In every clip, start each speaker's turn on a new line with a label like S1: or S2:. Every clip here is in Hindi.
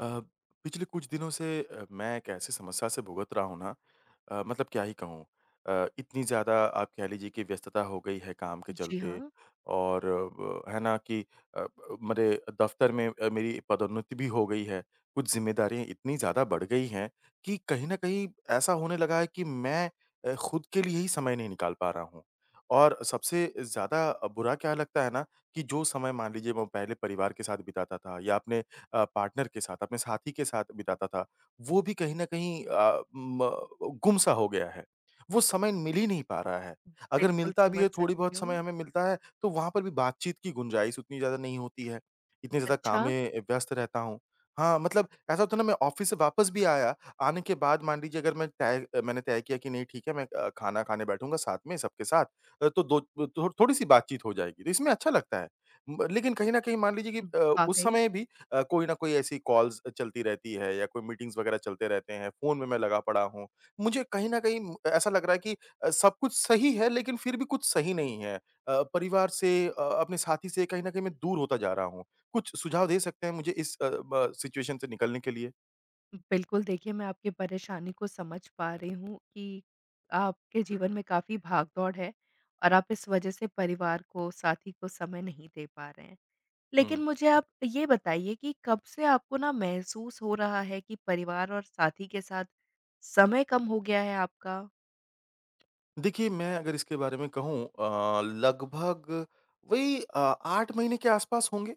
S1: अ, पिछले कुछ दिनों से मैं एक ऐसी समस्या से भुगत रहा हूँ ना। मतलब क्या ही कहूँ। इतनी ज़्यादा आप कह लीजिए कि व्यस्तता हो गई है काम के
S2: जी
S1: चलते
S2: हाँ,
S1: और अ, है ना कि अ, मेरे दफ्तर में मेरी पदोन्नति भी हो गई है। कुछ जिम्मेदारियाँ इतनी ज़्यादा बढ़ गई हैं कि कहीं न कहीं ऐसा होने लगा है कि मैं खुद के लिए ही समय नहीं निकाल पा रहा हूँ। और सबसे ज़्यादा बुरा क्या लगता है ना कि जो समय मान लीजिए मैं पहले परिवार के साथ बिताता था या अपने पार्टनर के साथ, अपने साथी के साथ बिताता था, वो भी कहीं न कहीं अ, म गुम-सा हो गया है। वो समय मिल ही नहीं पा रहा है। अगर
S2: बिल्कुल
S1: मिलता भी
S2: समझ
S1: है, थोड़ी
S2: सकती
S1: बहुत समय
S2: हूँ।
S1: हमें मिलता है, तो वहाँ पर भी बातचीत की गुंजाइश उतनी ज़्यादा नहीं होती है। इतने ज़्यादा काम
S2: अच्छा।
S1: में व्यस्त रहता हूँ। हाँ, मतलब ऐसा होता है ना मैं ऑफ़िस से वापस भी आया, आने के बाद मान लीजिए अगर मैंने तय किया कि नहीं ठीक है मैं खाना खाने बैठूँगा साथ में सबके साथ। तो दो थो थोड़ी-सी बातचीत हो जाएगी, तो इसमें अच्छा लगता है। म लेकिन कहीं न कहीं मान लीजिए कि उस
S2: वाक़ई।
S1: समय भी कोई ना कोई ऐसी कॉल्स चलती रहती है या कोई मीटिंग्स वगैरह चलते रहते हैं, फ़ोन में मैं लगा पड़ा हूँ। मुझे कहीं न कहीं ऐसा लग रहा है कि सब कुछ सही है लेकिन फिर भी कुछ सही नहीं है। परिवार से अपने साथी से कहीं न कहीं मैं दूर होता जा रहा हूँ। कुछ सुझाव दे सकते हैं मुझे इस अ, ब सिचुएशन से निकलने के लिए?
S2: बिल्कुल, देखिए मैं आपकी परेशानी को समझ पा रही हूँ कि आपके जीवन में काफ़ी भाग-दौड़ है और आप इस वज़ह से परिवार को, साथी को समय नहीं दे पा रहे हैं। लेकिन
S1: हुँ।
S2: मुझे आप ये बताइए कि कब से आपको ना महसूस हो रहा है कि परिवार और साथी के साथ समय कम हो गया है आपका?
S1: देखिए, मैं अगर इसके बारे में कहूँ लगभग वही 8 महीने के आसपास होंगे।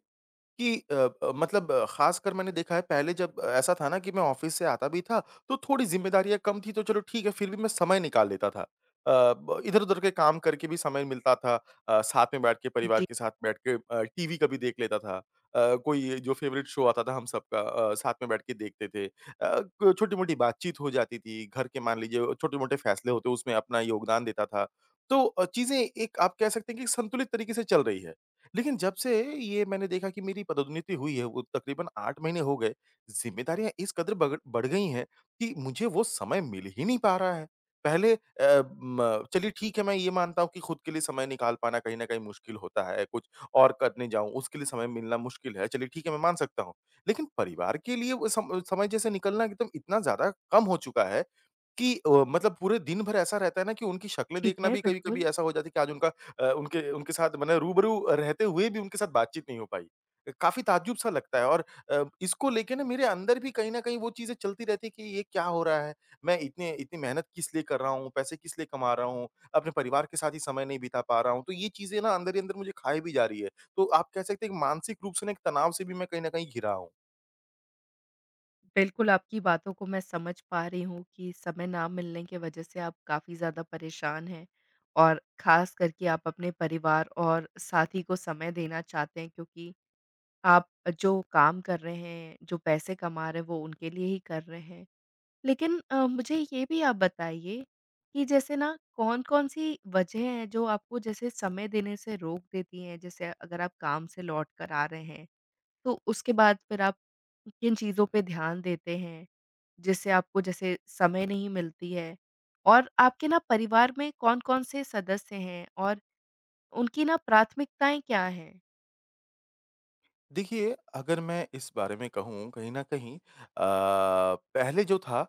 S1: कि मतलब ख़ासकर मैंने देखा है पहले जब ऐसा था ना कि मैं ऑफ़िस से आता भी था, तो थोड़ी ज़िम्मेदारियाँ कम थी तो चलो ठीक है, फिर भी मैं समय निकाल लेता था। अ, ब इधर-उधर के काम करके भी समय मिलता था। साथ में बैठ के परिवार
S2: जी।
S1: के साथ बैठ के टीवी कभी देख लेता था। कोई जो फ़ेवरेट शो आता था हम सबका साथ में बैठ के देखते थे। अ, क छोटी-मोटी बातचीत हो जाती थी, घर के मान लीजिए छोटे-मोटे फ़ैसले होते उसमें अपना योगदान देता था। तो चीज़ें एक आप कह सकते हैं कि संतुलित तरीके से चल रही है। लेकिन जब से ये मैंने देखा कि मेरी पदोन्नति हुई है, वो तकरीबन 8 महीने हो गए, ज़िम्मेदारियाँ इस कदर बगड़ बढ़ गई हैं कि मुझे वो समय मिल ही नहीं पा रहा है। पहले अ, म चलिए ठीक है, मैं ये मानता हूँ कि खुद के लिए समय निकाल पाना कहीं न कहीं मुश्किल होता है, कुछ और करने जाऊँ, उसके लिए समय मिलना मुश्किल है, चलिए ठीक है, मैं मान सकता हूँ। लेकिन परिवार के लिए वो सम समय जैसे निकलना एकदम इतना ज़्यादा कम हो चुका है कि मतलब पूरे दिन भर ऐसा रहता है ना कि उनकी शक्लें
S2: ठीक
S1: देखना
S2: है।
S1: भी कभी-कभी
S2: बिल्कुल।
S1: ऐसा हो जाता है कि आज उनका उनके उनके साथ मैंने रूबरू रहते हुए भी उनके साथ बातचीत नहीं हो पाई। काफ़ी ताज्जुब सा लगता है और इसको लेके ना मेरे अंदर भी कहीं न कहीं वो चीज़ें चलती रहती है कि ये क्या हो रहा है? मैं इतने इतनी मेहनत किस लिए कर रहा हूँ? पैसे किस लिए कमा रहा हूँ? अपने परिवार के साथ ही समय नहीं बिता पा रहा हूँ। तो ये चीज़ें ना अंदर ही अंदर मुझे खाए भी जा रही है। तो आप कह सकते हैं कि मानसिक रूप से ना एक तनाव से भी मैं कहीं न कहीं घिरा हूँ।
S2: बिल्कुल, आपकी बातों को मैं समझ पा रही हूँ कि समय ना मिलने की वजह से आप काफ़ी ज़्यादा परेशान हैं और ख़ास करके आप अपने परिवार और साथी को समय देना चाहते हैं क्योंकि आप जो काम कर रहे हैं, जो पैसे कमा रहे हैं, वो उनके लिए ही कर रहे हैं। लेकिन मुझे ये भी आप बताइए कि जैसे ना कौन-कौन सी वजह हैं जो आपको जैसे समय देने से रोक देती हैं? जैसे अगर आप काम से लौट कर आ रहे हैं तो उसके बाद फिर आप किन चीज़ों पे ध्यान देते हैं, जिससे आपको जैसे समय नहीं मिलती है? और आपके ना परिवार में कौन-कौन से सदस्य हैं और उनकी ना प्राथमिकताएँ क्या हैं?
S1: देखिए, अगर मैं इस बारे में कहूँ कहीं न कहीं पहले जो था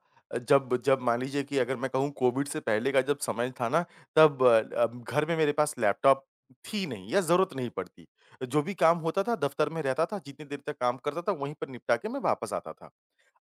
S1: जब जब मान लीजिए कि अगर मैं कहूँ कोविड से पहले का जब समय था ना तब घर में मेरे पास लैपटॉप थी नहीं या ज़रूरत नहीं पड़ती। जो भी काम होता था दफ़्तर में रहता था, जितनी देर तक काम करता था वहीं पर निपटा के मैं वापस आता था।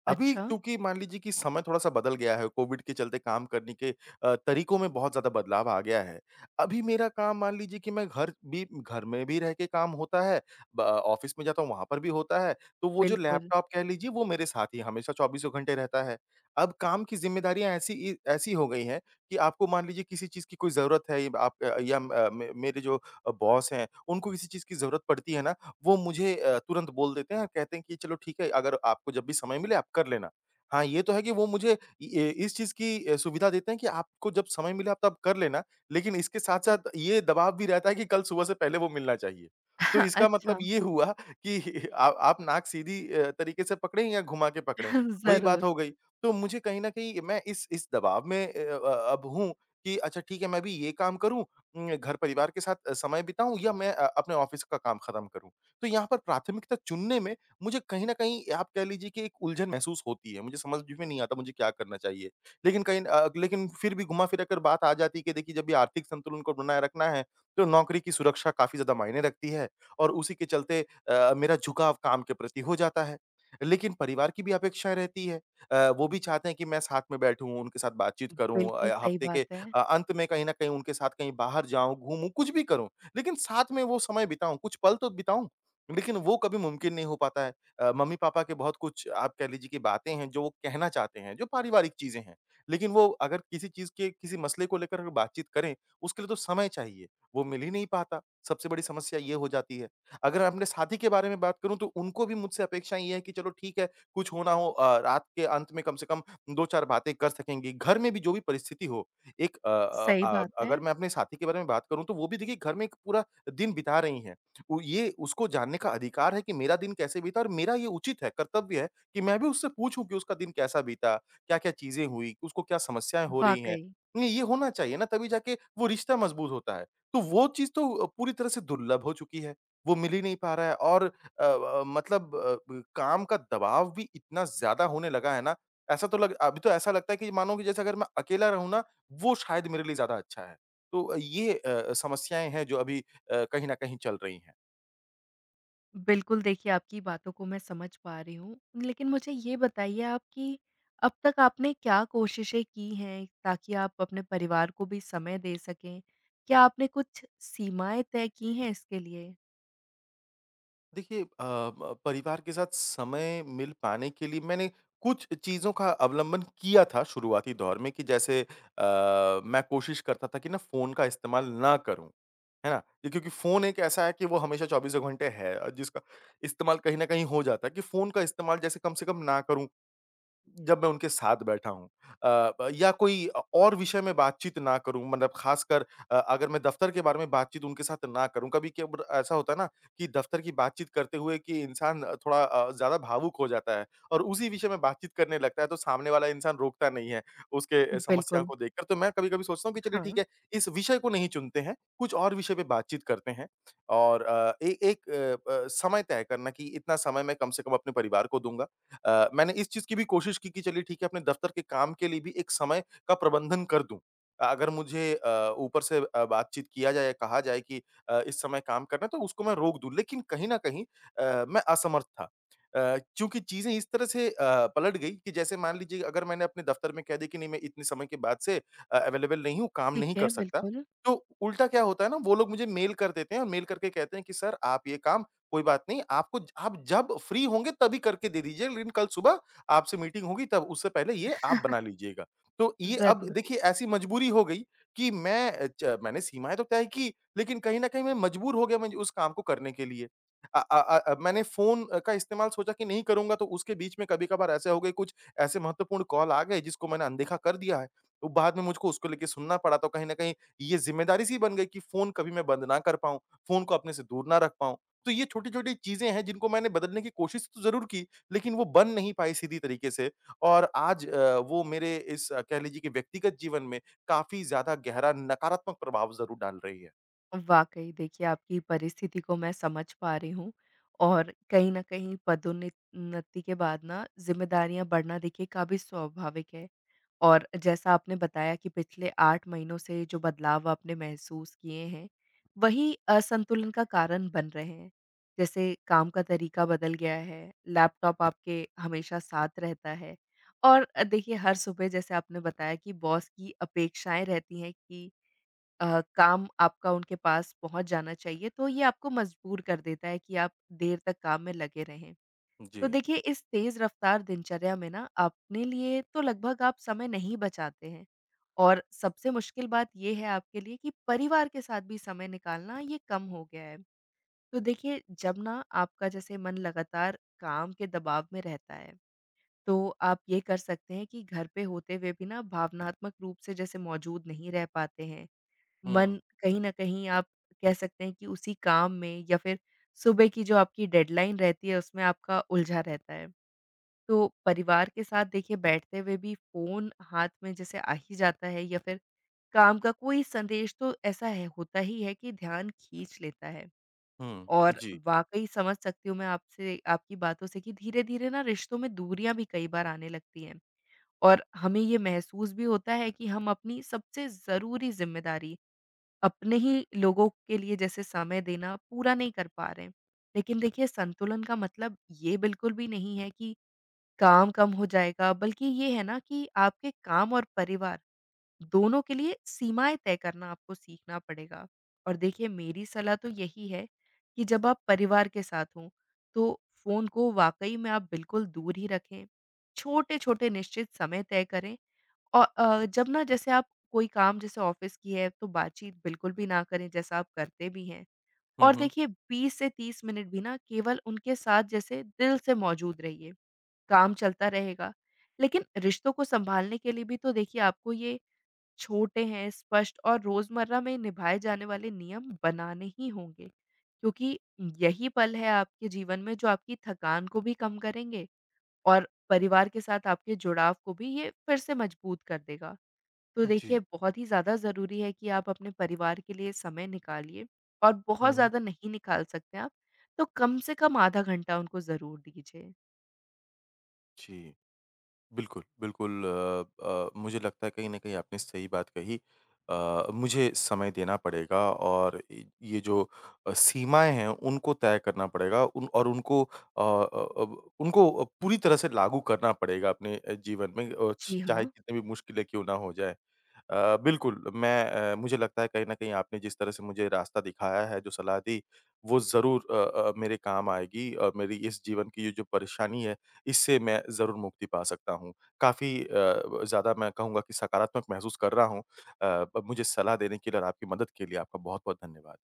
S1: अभी
S2: अच्छा।
S1: चूँकि मान लीजिए कि समय थोड़ा-सा बदल गया है, कोविड के चलते काम करने के तरीकों में बहुत ज़्यादा बदलाव आ गया है। अभी मेरा काम मान लीजिए कि मैं घर भी घर में भी रह के काम होता है, ब ऑफ़िस में जाता हूँ वहाँ पर भी होता है, तो वो जो
S2: बिल्कुल।
S1: लैपटॉप कह लीजिए वो मेरे साथ ही हमेशा चौबीसों घंटे रहता है। अब काम की ज़िम्मेदारियाँ ऐसी हो गई हैं कि आपको मान लीजिए किसी चीज़ की कोई ज़रूरत है, ये आप या म अ, मे मेरे जो बॉस हैं, उनको किसी चीज़ की ज़रूरत पड़ती है ना, वो मुझे तुरंत बोल देते हैं और कहते हैं कि चलो ठीक है अगर आपको जब भी समय मिले आप कर लेना। हाँ, ये तो है कि वो मुझे इस चीज़ की सुविधा देते हैं कि आपको जब समय मिले आप तब कर लेना, लेकिन इसके साथ-साथ ये दबाव भी रहता है कि कल सुबह से पहले वो मिलना चाहिए। तो इसका मतलब
S2: अच्छा।
S1: ये हुआ कि आ आप नाक सीधी तरीके से पकड़ें या घुमा के पकड़ें, वही बात
S2: ज़रूर।
S1: हो गई। तो मुझे कहीं न कहीं मैं इस दबाव में अब हूँ कि अच्छा ठीक है मैं भी ये काम करूँ, घर परिवार के साथ समय बिताऊँ या मैं अपने ऑफ़िस का काम खत्म करूँ। तो यहाँ पर प्राथमिकता चुनने में मुझे कहीं न कहीं आप कह लीजिए कि एक उलझन महसूस होती है। मुझे समझ में नहीं आता मुझे क्या करना चाहिए? लेकिन फिर भी घुमा-फिरा कर बात आ जाती है कि देखिए जब भी आर्थिक संतुलन को बनाए रखना है, तो नौकरी की सुरक्षा काफ़ी ज़्यादा मायने रखती है और उसी के चलते मेरा झुकाव काम के प्रति हो जाता है। लेकिन परिवार की भी अपेक्षाएँ रहती है। वो भी चाहते हैं कि मैं साथ में बैठूँ, उनके साथ बातचीत करूँ,
S2: बिल्कुल सही
S1: हफ्ते के
S2: बात है।
S1: अंत में कहीं न कहीं उनके साथ कहीं बाहर जाऊँ, घूमूँ, कुछ भी करूँ। लेकिन साथ में वो समय बिताऊँ, कुछ पल तो बिताऊँ। लेकिन वो कभी मुमकिन नहीं हो पाता है। मम्मी-पापा के बहुत कुछ आप कह लीजिए कि बातें हैं जो वो कहना चाहते हैं, जो पारिवारिक चीज़ें हैं। लेकिन वो अगर किसी चीज़ के किसी मसले को लेकर अगर बातचीत करें, उसके लिए तो समय चाहिए, वो मिल ही नहीं पाता। सबसे बड़ी समस्या ये हो जाती है। अगर अपने साथी के बारे में बात करूँ तो उनको भी मुझसे अपेक्षाएँ ये हैं कि चलो ठीक है, कुछ होना हो ना हो रात के अंत में कम से कम 2-4 बातें कर सकेंगे। घर में भी जो भी परिस्थिति हो, एक अ अ,
S2: सही
S1: अ,
S2: बात है,
S1: अगर मैं अपने साथी के बारे में बात करूँ तो वो भी देखिए घर में एक पूरा दिन बिता रही हैं। वो ये उसको जानने का अधिकार है कि मेरा दिन कैसे बीता और मेरा ये उचित है, कर्तव्य है कि मैं भी उससे पूछूँ कि उसका दिन कैसा बीता? क्या-क्या चीज़ें हुई? उसको क्या समस्याएँ हो रही हैं?
S2: वाक़ई।
S1: नहीं, ये होना चाहिए ना तभी जाके वो रिश्ता मज़बूत होता है। तो वो चीज़ तो पूरी तरह से दुर्लभ हो चुकी है, वो मिल ही नहीं पा रहा है और मतलब अ, ब काम का दबाव भी इतना ज़्यादा होने लगा है ना, ऐसा तो लग अभी तो ऐसा लगता है कि मानो कि जैसे अगर मैं अकेला रहूँ ना, वो शायद मेरे लिए ज़्यादा अच्छा है। तो ये समस्याएँ हैं जो अभी कहीं न कहीं चल रही हैं।
S2: बिल्कुल, देखिए आपकी बातों को मैं समझ पा रही हूँ। लेकिन मुझे ये बताइए आप कि अब तक आपने क्या कोशिशें की हैं ताकि आप अपने परिवार को भी समय दे सकें? क्या आपने कुछ सीमाएँ तय की हैं इसके लिए?
S1: देखिए अ, ब परिवार के साथ समय मिल पाने के लिए मैंने कुछ चीज़ों का अवलंबन किया था शुरुआती दौर में कि जैसे मैं कोशिश करता था कि ना फ़ोन का इस्तेमाल ना करूँ, है ना? ये क्योंकि फ़ोन एक ऐसा है कि वो हमेशा चौबीसों घंटे है, जिसका इस्तेमाल कहीं न कहीं हो जाता है कि फ़ोन का इस्तेमाल जैसे कम से कम ना करूँ। जब मैं उनके साथ बैठा हूँ। अ, ब या कोई और विषय में बातचीत ना करूँ, मतलब ख़ासकर अगर मैं दफ़्तर के बारे में बातचीत उनके साथ ना करूँ, कभी केब्र ऐसा होता है ना कि दफ़्तर की बातचीत करते हुए कि इंसान थोड़ा ज़्यादा भावुक हो जाता है और उसी विषय में बातचीत करने लगता है, तो सामने वाला इंसान रोकता नहीं है, उसके समस्या
S2: बिल्कुल।
S1: को देखकर। तो मैं कभी-कभी सोचता हूँ कि चलिए ठीक
S2: हाँ।
S1: है, इस विषय को नहीं चुनते हैं, कुछ और विषय पे बातचीत करते हैं और अ, ए एक अ, ब समय तय करना कि इतना समय मैं कम से कम अपने परिवार को दूँगा। मैंने इस चीज़ की भी कोशिश की कि चलिए ठीक है, अपने दफ़्तर के काम के लिए भी एक समय का प्रबंधन कर दूँ। अगर मुझे ऊपर से बातचीत किया जाए या कहा जाए कि इस समय काम करना है तो उसको मैं रोक दूँ। लेकिन कहीं न कहीं मैं असमर्थ था। चूँकि चीज़ें इस तरह से पलट गई कि जैसे मान लीजिए अगर मैंने अपने दफ़्तर में कह दिया कि नहीं मैं इतने समय के बाद से अवेलेबल नहीं हूँ, काम
S2: ठीक
S1: नहीं कर
S2: है।
S1: सकता।
S2: बिल्कुल।
S1: तो उल्टा क्या होता है ना वो लोग मुझे मेल कर देते हैं और मेल करके कहते हैं कि सर आप ये काम कोई बात नहीं, आपको ज आप जब फ्री होंगे तभी करके दे दीजिए, लेकिन कल सुबह आपसे मीटिंग होगी तब उससे पहले ये आप बना लीजिएगा। तो ये अब
S2: ज़रूर।
S1: देखिए ऐसी मजबूरी हो गई कि मैं अ, च मैंने सीमाएँ तो तय की, लेकिन कहीं न कहीं मैं मजबूर हो गया मुझे उस काम को करने के लिए। मैंने फ़ोन का इस्तेमाल सोचा कि नहीं करूँगा तो उसके बीच में कभी-कभार ऐसे हो गए कुछ ऐसे महत्वपूर्ण कॉल आ गए जिसको मैंने अनदेखा कर दिया है। तो बाद में मुझको उसको लेके सुनना पड़ा, तो कहीं न कहीं ये ज़िम्मेदारी सी बन गई कि फ़ोन कभी मैं बंद ना कर पाऊँ, फ़ोन को अपने से दूर ना रख पाऊँ। तो ये छोटी-छोटी चीज़ें हैं जिनको मैंने बदलने की कोशिश तो ज़रूर की, लेकिन वो बन नहीं पाई सीधी तरीके से और आज वो मेरे इस कह लीजिए कि व्यक्तिगत जीवन में काफ़ी ज़्यादा गहरा नकारात्मक प्रभाव ज़रूर डाल रही है।
S2: वाक़ई देखिए आपकी परिस्थिति को मैं समझ पा रही हूँ और कहीं न कहीं पदोन्नत उन्नति के बाद ना ज़िम्मेदारियाँ बढ़ना देखिए काफ़ी स्वाभाविक है। और जैसा आपने बताया कि पिछले 8 महीनों से जो बदलाव आपने महसूस किए हैं, वही असंतुलन का कारण बन रहे हैं। जैसे काम का तरीका बदल गया है, लैपटॉप आपके हमेशा साथ रहता है और देखिए हर सुबह जैसे आपने बताया कि बॉस की अपेक्षाएँ रहती हैं कि काम आपका उनके पास पहुँच जाना चाहिए, तो ये आपको मजबूर कर देता है कि आप देर तक काम में लगे रहें।
S1: जी। जी।
S2: तो देखिए इस तेज रफ्तार दिनचर्या में ना अपने लिए तो लगभग आप समय नहीं बचाते हैं और सबसे मुश्किल बात ये है आपके लिए कि परिवार के साथ भी समय निकालना ये कम हो गया है। तो देखिए जब ना आपका जैसे मन लगातार काम के दबाव में रहता है, तो आप ये कर सकते हैं कि घर पे होते हुए भी ना भावनात्मक रूप से जैसे मौजूद नहीं रह पाते हैं। मन
S1: हुँ।
S2: कहीं न कहीं आप कह सकते हैं कि उसी काम में या फिर सुबह की जो आपकी डेडलाइन रहती है उसमें आपका उलझा रहता है। तो परिवार के साथ देखिए बैठते हुए भी फ़ोन हाथ में जैसे आ ही जाता है या फिर काम का कोई संदेश तो ऐसा है होता ही है कि ध्यान खींच लेता है।
S1: हुँ।
S2: और
S1: जी।
S2: वाक़ई समझ सकती हूँ मैं आपसे आपकी बातों से कि धीरे-धीरे ना रिश्तों में दूरियाँ भी कई बार आने लगती हैं। और हमें ये महसूस भी होता है कि हम अपनी सबसे ज़रूरी ज़िम्मेदारी अपने ही लोगों के लिए जैसे समय देना पूरा नहीं कर पा रहे हैं। लेकिन देखिए संतुलन का मतलब ये बिल्कुल भी नहीं है कि काम कम हो जाएगा, बल्कि ये है ना कि आपके काम और परिवार दोनों के लिए सीमाएँ तय करना आपको सीखना पड़ेगा। और देखिए मेरी सलाह तो यही है कि जब आप परिवार के साथ हों, तो फ़ोन को वाक़ई में आप बिल्कुल दूर ही रखें। छोटे-छोटे निश्चित समय तय करें। जब ना जैसे आप कोई काम जैसे ऑफ़िस की है तो बातचीत बिल्कुल भी ना करें जैसा आप करते भी हैं।
S1: हुँ,
S2: और
S1: हुँ।
S2: देखिए 20 से 30 मिनट भी ना केवल उनके साथ जैसे दिल से मौजूद रहिए। काम चलता रहेगा। लेकिन रिश्तों को सँभालने के लिए भी तो देखिए आपको ये छोटे हैं, स्पष्ट और रोज़मर्रा में निभाए जाने वाले नियम बनाने ही होंगे। क्योंकि यही पल है आपके जीवन में जो आपकी थकान को भी कम करेंगे और परिवार के साथ आपके जुड़ाव को भी ये फिर से मजबूत कर देगा। तो देखिए
S1: जी।
S2: बहुत ही ज़्यादा ज़रूरी है कि आप अपने परिवार के लिए समय निकालिए और
S1: हुँ,
S2: बहुत
S1: हुँ।
S2: ज़्यादा नहीं निकाल सकते आप, तो कम से कम आधा घंटा उनको ज़रूर दीजिए।
S1: जी। बिल्कुल, बिल्कुल मुझे लगता है कहीं न कहीं आपने सही बात कही। मुझे समय देना पड़ेगा और इ ये जो सीमाएँ हैं उनको तय करना पड़ेगा, उन और उनको अब उनको पूरी तरह से लागू करना पड़ेगा अपने जीवन में, अ, छ
S2: जी
S1: चाहे
S2: हाँ।
S1: कितनी भी मुश्किलें क्यों ना हो जाएँ। बिल्कुल मैं मुझे लगता है कहीं न कहीं आपने जिस तरह से मुझे रास्ता दिखाया है, जो सलाह दी, वो ज़रूर मेरे काम आएगी और मेरी इस जीवन की ये जो परेशानी है इससे मैं ज़रूर मुक्ति पा सकता हूँ। काफ़ी अ, ब ज़्यादा मैं कहूँगा कि सकारात्मक महसूस कर रहा हूँ। अ, ब मुझे सलाह देने के लिए और आपकी मदद के लिए आपका बहुत-बहुत धन्यवाद।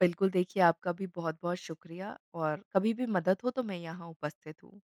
S2: बिल्कुल, देखिए आपका भी बहुत-बहुत शुक्रिया और कभी भी मदद हो तो मैं यहाँ उपस्थित हूँ।